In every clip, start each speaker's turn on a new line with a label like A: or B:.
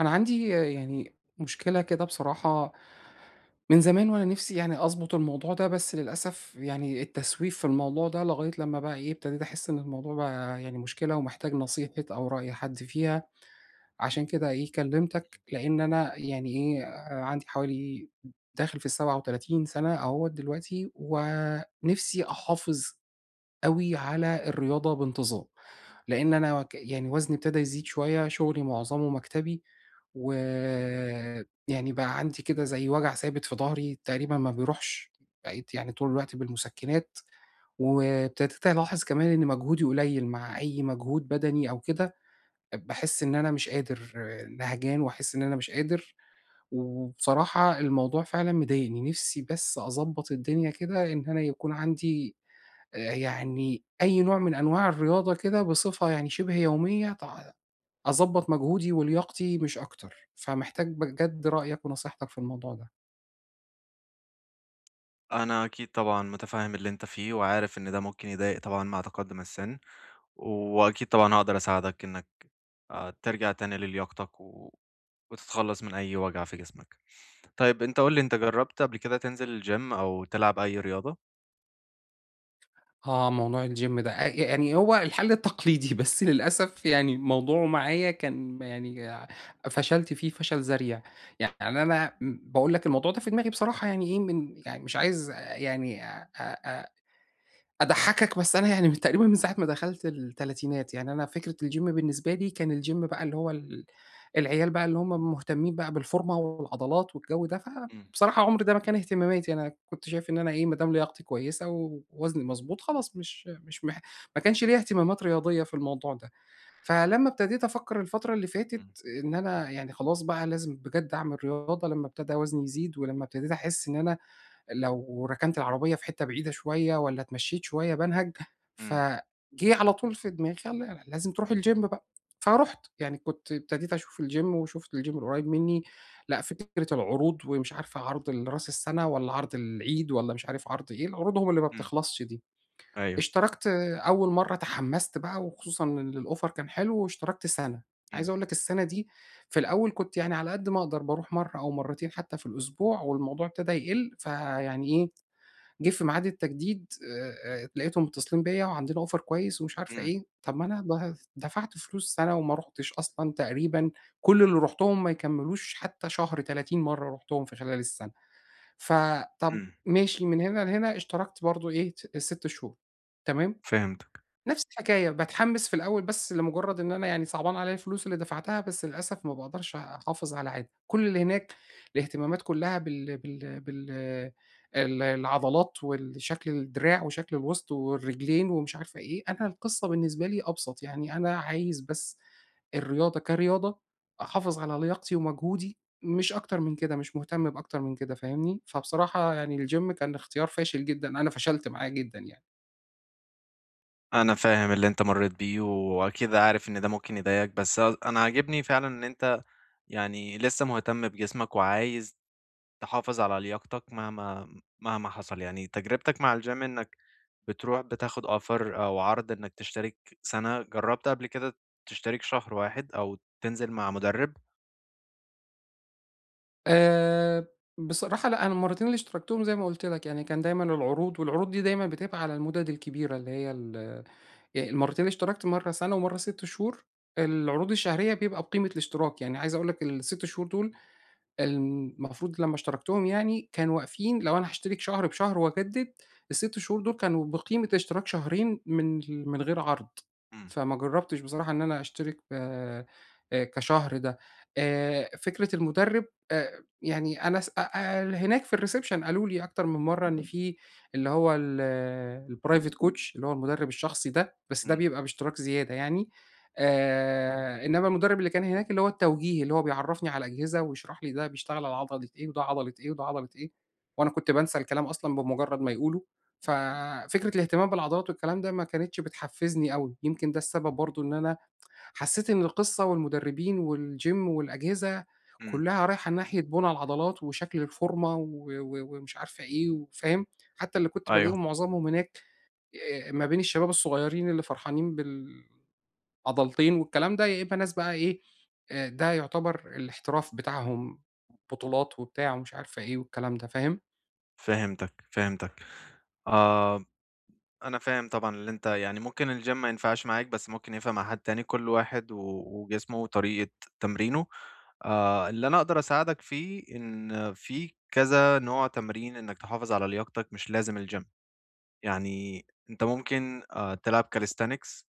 A: أنا عندي يعني مشكلة كده بصراحة من زمان وأنا نِفْسي يعني أضبط الموضوع ده، بس للأسف يعني التسويف في الموضوع ده لغاية لمّا بقى إيه، ابتديت أحس إن الموضوع بقى يعني مشكلة ومحتاج نصيحة أو رأي حد فيها، عشان كده إيه كلّمتك، لإن أنا يعني إيه، عندي حوالي داخل في ال37 سَنة أهوّة دلوقتي، ونِفْسي أحافظ أوي على الرياضة بانتظام، لإن أنا يعني وزني ابتدى يزيد شوية، شغلي معظمه مكتبي، ويعني بقى عندي كده زي وجع ثابت في ضهري تقريبا ما بيروحش، بقيت يعني طول الوقت بالمسكنات، وابتديت ألاحظ كمان إن مجهودي قليل مع أي مجهود بدني أو كده باحس إن أنا مش قادر، آه، نهجان وأحس إن أنا مش قادر، وبصراحة الموضوع فعلًا مضايقني، نفسي بس أضبّط الدنيا كده إن أنا يكون عندي يعني أي نوع من أنواع الرياضة كده بصفة يعني شبه يومية أضبّط مجهودي ولياقتي مش أكتر، فمحتاج بجد رأيك ونصيحتك في الموضوع ده.
B: أنا أكيد طبعًا متفهم اللي أنت فيه، وعارف إن ده ممكن يضايق طبعًا مع تقدم السن، وأكيد طبعًا هاقدر أساعدك إنك ترجع تاني للياقتك و وتتخلص من أي وجع في جسمك. طيب أنت قُل لي أنت جربت قبل كده تنزل الGym أو تلعب أي رياضة؟
A: آه، موضوع الgym ده يعني هو الحل التقليدي بس للأسف يعني موضوعه معايا كان يعني فشلت فيه فشل ذريع، يعني أنا باقول لك الموضوع ده في دماغي بصراحة يعني إيه من يعني مش عايز يعني أ أ أضحّكك، بس أنا يعني من تقريبًا من ساعة ما دخلت التلاتينات، يعني أنا فكرة الgym بالنسبة لي كان الgym بقى اللي هو العيال بقى اللي هم مهتمين بقى بالفورمة والعضلات والجو ده،
B: إمم،
A: فبصراحة عمري ده ما كان اهتماماتي، يعني أنا كنت شايف إن أنا إيه، ما دام لياقتي كويسة ووزني مضبوط خلاص مش ما كانش ليّا اهتمامات رياضية في الموضوع ده. فلمّا ابتديت أفكّر الفترة اللي فاتت
B: إمم،
A: إن أنا يعني خلاص بقى لازم بجد أعمل رياضة، لمّا ابتدى وزني يزيد ولمّا ابتديت أحس إن أنا لو ركنت العربية في حتّة بعيدة شوية والّا اتمشّيت شوية بانهج،
B: إمم،
A: فجِه على طول في دماغي يالّا لازم تروحي الgym بقى، فرُحت، يعني كنت ابتديت أشوف الgym وشُفت الgym القريّب منّي، لأ فكرة العروض ومش عارفة عرض ال راس السَنة والّا عرض العيد والّا مش عارف عرض إيه، عروضهم اللي ما
B: إمم،
A: بتخلصش دي.
B: أيوه،
A: اشتركت أول مرّة اتحمّست بقى وخصوصًا إن الoffer كان حلو واشتركت سَنة،
B: إمم،
A: عايز أقول لك السَنة دي في الأول كنت يعني على قد ما أقدر باروح مرّة أو مرّتين حتّى في الأسبوع والموضوع ابتدى يقِل، فيعني إيه، جه في ميعاد التجديد لقيتهم متصلين بيّا وعندنا offer كويس ومش عارفة
B: إمم،
A: إيه، طَب ما أنا دفعت فلوس سَنة وما رُحتش أصلًا تقريبًا، كل اللي رُحتهم ما يكمّلوش حتى شهر، 30 مرّة رُحتهم في خلال السَنة، فطَب
B: إمم،
A: ماشي من هنا لهنا اشتركت برضه إيه 6 شهور، تمام؟
B: فهمتك.
A: نفس الحكاية، باتحمّس في الأول بس لمجرّد إن أنا يعني صعبان عليّا الفلوس اللي دفعتها، بس للأسف ما باقدرش أحافظ على عادة، كل اللي هناك الاهتمامات كلّها بال ال العضلات والشكل الدراع وشكل الوسط والرجلين ومش عارفة إيه، أنا القصّة بالنسبة لي أبسط، يعني أنا عايز بس الرياضة كرياضة أحافظ على لياقتي ومجهودي مش أكتر من كده، مش مهتم بأكتر من كده فاهمني؟ فبصراحة يعني الgym كان اختيار فاشل جدًا، أنا فشلت معاه جدًا يعني.
B: أنا فاهم اللي أنت مريت بيه، وأكيد عارف إن ده ممكن يضايقك، بس أنا عاجبني فعلًا إن أنت يعني لسه مهتم بجسمك وعايز تحافظ على لياقتك مهما حصل، يعني تجربتك مع الgym إنك بتروح بتاخد offer أو عرض إنك تشترك سنة، جرّبت قبل كده تشترك شهر واحد أو تنزل مع مدرب؟
A: آآ، بصراحة لأ، أنا المرّتين اللي اشتركتهم زي ما قُلت لك، يعني كان دايمًا العروض، والعروض دي دايمًا بتبقى على المُدَد الكبيرة اللي هي ال يعني المرّتين اللي اشتركت مرّة سَنة ومرّة 6 شهور، العروض الشهرية بيبقى بقيمة الاشتراك، يعني عايز أقول لك ال6 شهور دول المفروض لمّا اشتركتهم يعني كانوا واقفين لو أنا هاشترك شهر بشهر وأجدد، ال6 شهور دول كانوا بقيمة اشتراك شهرين من ال من غير عرض،
B: إمم،
A: فما جرّبتش بصراحة إن أنا أشترك ب كشهر ده. فكرة المُدرِّب يعني أنا س أ أ هناك في الreception قالوا لي أكتر من مرّة إن في اللي هو ال الprivate coach اللي هو المُدرِّب الشخصي ده، بس ده
B: إمم،
A: بيبقى باشتراك زيادة يعني. إنما المدرب اللي كان هناك اللي هو التوجيهي، اللي هو بيعرّفني على الأجهزة ويشرح لي ده بيشتغل على عضلة إيه، وده عضلة إيه، وده عضلة إيه، وأنا كنت بانسى الكلام أصلًا بمجرد ما يقوله، ففكرة الاهتمام بالعضلات والكلام ده ما كانتش بتحفّزني أوي، يمكن ده السبب برضه إن أنا حسّيت إن القصة والمدربين والgym والأجهزة
B: إمم،
A: كلّها رايحة ناحية بُنى العضلات وشكل الفورمة و ومش عارفة إيه وفاهم، حتى اللي كنت
B: أيوه،
A: بالاقيهم معظمهم هناك ما بين الشباب الصغيّرين اللي فرحانين بال عضلتين والكلام ده، يا إما ناس بقى إيه، ده يُعتبر الاحتراف بتاعهم بطولات وبتاع ومش عارفة إيه والكلام ده، فاهم؟
B: فهمتك. آه، أنا فاهم طبعًا اللي أنت يعني ممكن الgym ما ينفعش معاك، بس ممكن ينفع مع حد تاني، كل واحد و وجسمه وطريقة تمرينه. اللي أنا أقدر أساعدك فيه إن في كذا نوع تمرين إنك تحافظ على لياقتك، مش لازم الgym. يعني أنت ممكن تلعب calisthenics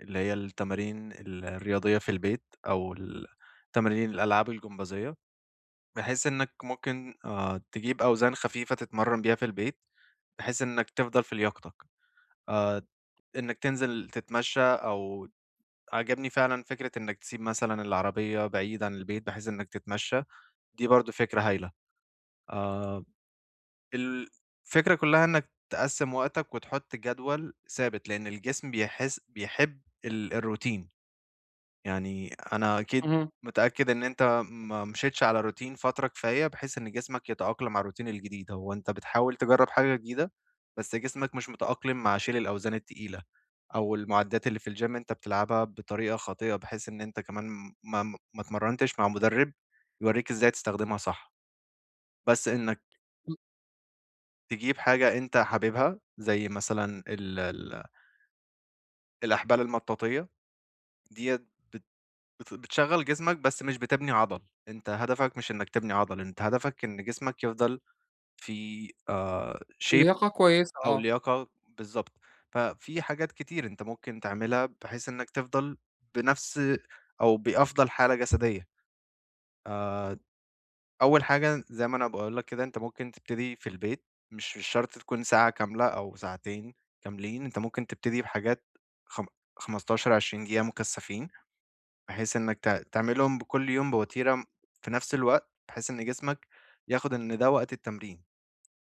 B: اللي هي التمارين الرياضية في البيت أو ال تمارين الألعاب الجمبازية، بحيث إنك ممكن تجيب أوزان خفيفة تتمرّن بيها في البيت، بحيث إنك تفضل في لياقتك. آآ إنك تنزل تتمشّى أو عجبني فعلًا فكرة إنك تسيب مثلًا العربية بعيد عن البيت بحيث إنك تتمشّى، دي برضه فكرة هايلة. آآ الفكرة كلّها إنّك تقسّم وقتك وتحُط جدول ثابت، لإن الجسم بيحس بيحب الروتين، يعني أنا أكيد
A: اهم.
B: متأكد إن أنت ما مشيتش على روتين فترة كفاية بحيث إن جسمك يتأقلم على الروتين الجديد، هو أنت بتحاول تجرّب حاجة جديدة، بس جسمك مش متأقلم مع شيل الأوزان التقيلة، أو المُعدّات اللي في الgym أنت بتلعبها بطريقة خاطئة، بحيث إن أنت كمان ما اتمرّنتش مع مُدرِّب يورّيك إزاي تستخدمها صح، بس إنّك
A: ال
B: تجيب حاجة أنت حاببها، زي مثلًا ال الأحبال المطاطية، ديّة بت بت بتشغّل جسمك بس مش بتبني عضل، أنت هدفك مش إنك تبني عضل، أنت هدفك إن جسمك يفضل في shape
A: اللياقة كويسة
B: أو
A: آه،
B: لياقة بالضبط، ففي حاجات كتير أنت ممكن تعملها بحيث إنك تفضل بنفس أو بأفضل حالة جسدية آآ أول حاجة زي ما أنا باقول لك كده، أنت ممكن تبتدي في البيت، مش شرط تكون ساعة كاملة أو ساعتين كاملين، أنت ممكن تبتدي بحاجات خم 15، 20 دقيقة مكثفين، بحيث إنك ت تعملهم بكل يوم بوتيرة في نفس الوقت، بحيث إن جسمك ياخد إن ده وقت التمرين،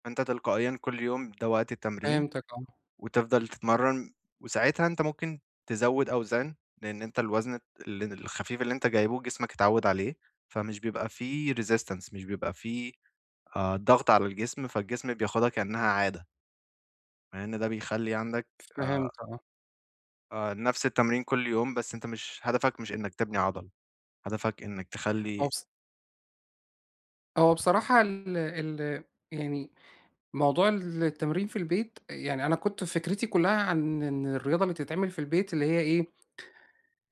B: فأنت تلقائيًا كل يوم ده وقت التمرين،
A: فهمتك آه،
B: وتفضل تتمرن، وساعتها أنت ممكن تزود أوزان، لأن أنت الوزن الخفيف اللي أنت جايبه جسمك اتعود عليه، فمش بيبقى في resistance مش بيبقى في ضغط على الجسم، فالجسم بياخدها كأنها عادة، مع إن ده بيخلّي عندك
A: فهمت آه.
B: نفس التمرين كل يوم، بس أنت مش هدفك مش إنك تبني عضل، هدفك إنك
A: هو
B: تخلّي
A: بص هو بصراحة ال يعني موضوع التمرين في البيت، يعني أنا كنت فكرتي كلّها عن إن الرياضة اللي بتتعمل في البيت اللي هي إيه،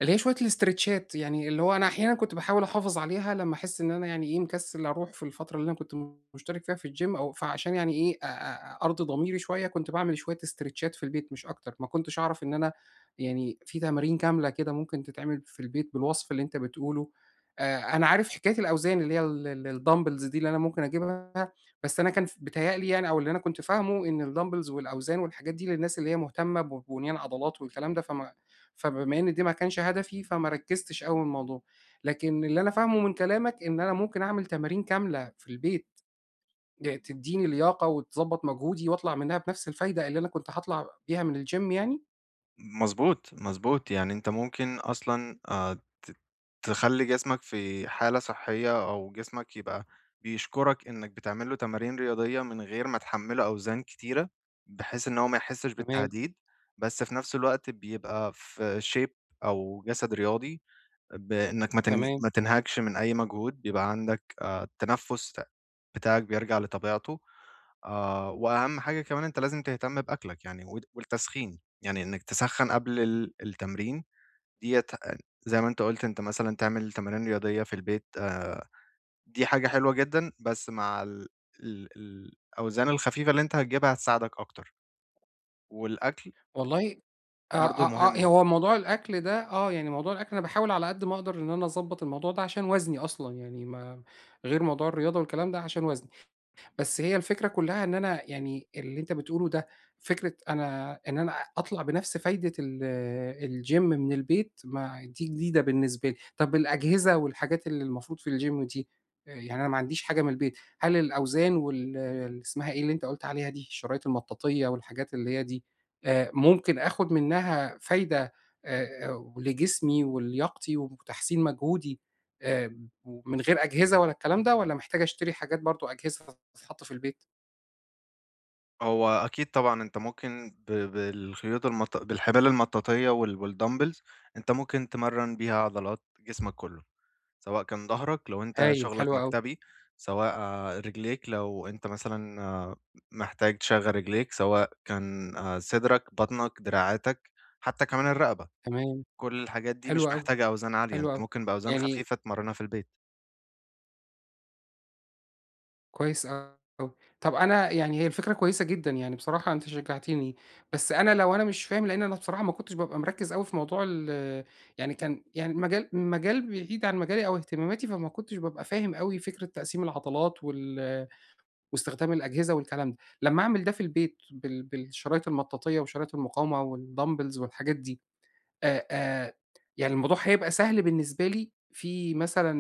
A: اللي هي شوية الإسترتشات، يعني اللي هو أنا أحيانًا كنت باحاول أحافظ عليها لمّا أحس إن أنا يعني إيه، مكسل أروح في الفترة اللي أنا كنت مشترك فيها في الgym أو فعشان يعني إيه، أ أ أرضي ضميري شوية، كنت باعمل شوية إسترتشات في البيت مش أكتر، ما كنتش أعرف إن أنا يعني في تمارين كاملة كده ممكن تتعمل في البيت بالوصف اللي أنت بتقوله. أنا عارف حكاية الأوزان اللي هي ال الdumbbells دي اللي أنا ممكن أجيبها، بس أنا كان بيتهيأ لي يعني أو اللي أنا كنت فاهمه إن الdumbbells والأوزان والحاجات دي للناس اللي هي مهتمة ببنيان عضلات والكلام ده، فبما إن دي ما كانش هدفي، فما ركّزتش أوي الموضوع. لكن اللي أنا فاهمه من كلامك إن أنا ممكن أعمل تمارين كاملة في البيت، تدّيني لياقة وتضبّط مجهودي وأطلع منها بنفس الفايدة اللي أنا كنت هاطلع بيها من الgym يعني؟
B: مضبوط، مضبوط، يعني أنت ممكن أصلًا ت تخلّي جسمك في حالة صحية أو جسمك يبقى بيشكرك إنك بتعمل له تمارين رياضية من غير ما تحمّله أوزان كتيرة، بحيث إن هو ما يحسش
A: تمام،
B: بالتهديد، بس في نفس الوقت بيبقى في shape أو جسد رياضي. بإنك ما تن
A: تمام.
B: ما تنهكش من أي مجهود، بيبقى عندك التنفُّس بتاعك بيرجع لطبيعته، وأهم حاجة كمان أنت لازم تهتم بأكلك يعني والت والتسخين، يعني إنك تسخّن قبل ال التمرين ديّة أ زي ما أنت قُلت أنت مثلًا تعمل تمارين رياضية في البيت دي حاجة حلوة جدًا، بس مع ال الأوزان الخفيفة اللي أنت هتجيبها هتساعدك أكتر، والأكل
A: والله آه،
B: برضه
A: آه،
B: مهم.
A: هو موضوع الأكل ده آه، يعني موضوع الأكل أنا باحاول على قد ما أقدر إن أنا أضبّط الموضوع ده عشان وزني أصلًا، يعني ما غير موضوع الرياضة والكلام ده عشان وزني. بس هي الفكرة كلّها إن أنا يعني اللي أنت بتقوله ده، فكرة أنا إن أنا أطلع بنفْس فايدة الgym من البيت ما دي جديدة بالنسبة لي، طَب الأجهزة والحاجات اللي المفروض في الgym دي، يعني أنا ما عنديش حاجة من البيت، هل الأوزان اللي اسمها إيه اللي أنت قُلت عليها دي، الشرايط المطاطية والحاجات اللي هي دي، ممكن آخُد منها فايدة لجسمي ولياقتي وتحسين مجهودي آآ ومن غير أجهزة ولا الكلام ده، والّا محتاج أشتري حاجات برضه أجهزة تتحط في البيت؟
B: هو أكيد طبعًا أنت ممكن بالخيوط المط بالحبال المطاطية والدمبلز أنت ممكن تمرّن بيها عضلات جسمك كله، سواء كان ضهرك لو أنت
A: هايل، حلو
B: شغلك
A: أوي،
B: مكتبي، سواء آه، رجليك لو أنت مثلًا آه، محتاج تشغّل رجليك، سواء كان صدرك، بطنك، دراعاتك، حتى كمان الرقبة،
A: تمام،
B: كل الحاجات دي
A: حلو
B: مش
A: أوي،
B: محتاجة أوزان عالية،
A: حلو
B: أنت
A: أوي،
B: ممكن بأوزان
A: يعني
B: خفيفة تمرّنها في البيت.
A: كويس أوي. طب أنا يعني هي الفكرة كويسة جدًا، يعني بصراحة أنت شجّعتني، بس أنا لو أنا مش فاهم لإن أنا بصراحة ما كنتش بابقى مركّز أوي في موضوع ال يعني كان يعني المجال مجال بعيد عن مجالي أو اهتماماتي، فما كنتش بابقى فاهم أوي فكرة تقسيم العضلات واستخدام الأجهزة والكلام ده، لمّا أعمل ده في البيت بالشرايط المطاطية وشرايط المقاومة والدمبلز والحاجات دي، آآ آآ يعني الموضوع هيبقى سهل بالنسبة لي في مثلًا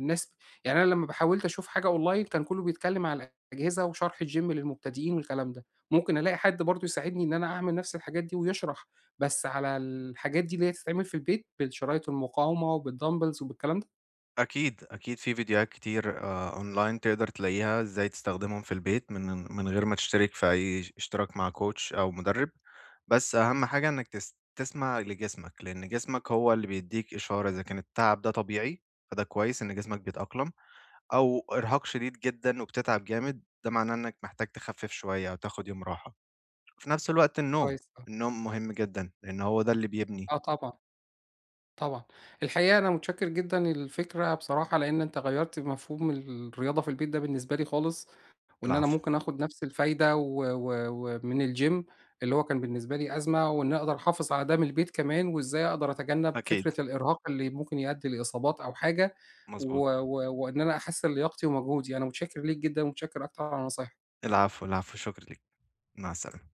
A: ناس يعني أنا لمّا حاولت أشوف حاجة أونلاين كان كلّه بيتكلّم على الأجهزة وشرح الGym للمبتدئين والكلام ده، ممكن ألاقي حد برضه يساعدني إن أنا أعمل نفس الحاجات دي ويشرح، بس على الحاجات دي اللي هي تتعمل في البيت بالشرايط المقاومة وبالدمبلز وبالكلام ده؟
B: أكيد، أكيد في فيديوهات كتير online تقدر تلاقيها إزاي تستخدمهم في البيت من غير ما تشترك في أي اش اشتراك مع coach أو مدرب، بس أهم حاجة إنك تس تسمع لجسمك، لأن جسمك هو اللي بيدّيك إشارة إذا كان التعب ده طبيعي، فده كويس إن جسمك بيتأقلم، أو إرهاق شديد جدًا وبتتعب جامد، ده معناه إنك محتاج تخفف شوية أو تاخد يوم راحة. في نفس الوقت النوم،
A: كويس آه،
B: النوم مهم جدًا، لأن هو ده اللي بيبني
A: آه طبعًا. طبعًا. الحقيقة أنا متشكّر جدًا الفكرة بصراحة، لإن أنت غيّرت مفهوم الرياضة في البيت ده بالنسبة لي خالص، وإن أنا
B: العفو،
A: ممكن آخُد نَفْس الفايدة و ومن الgym اللي هو كان بالنسبة لي أزمة، وإني أقدر أحافظ على ده من البيت كمان، وإزاي أقدر أتجنّب
B: أكيد،
A: فكرة الإرهاق اللي ممكن يؤدّي لإصابات أو حاجة، و
B: مضبوط.
A: و وإن أنا أحسّن لياقتي ومجهودي. أنا متشكّر ليك جدًا ومتشكّر أكتر على نصايحك.
B: العفو، العفو، شكرًا ليك، مع السلامة.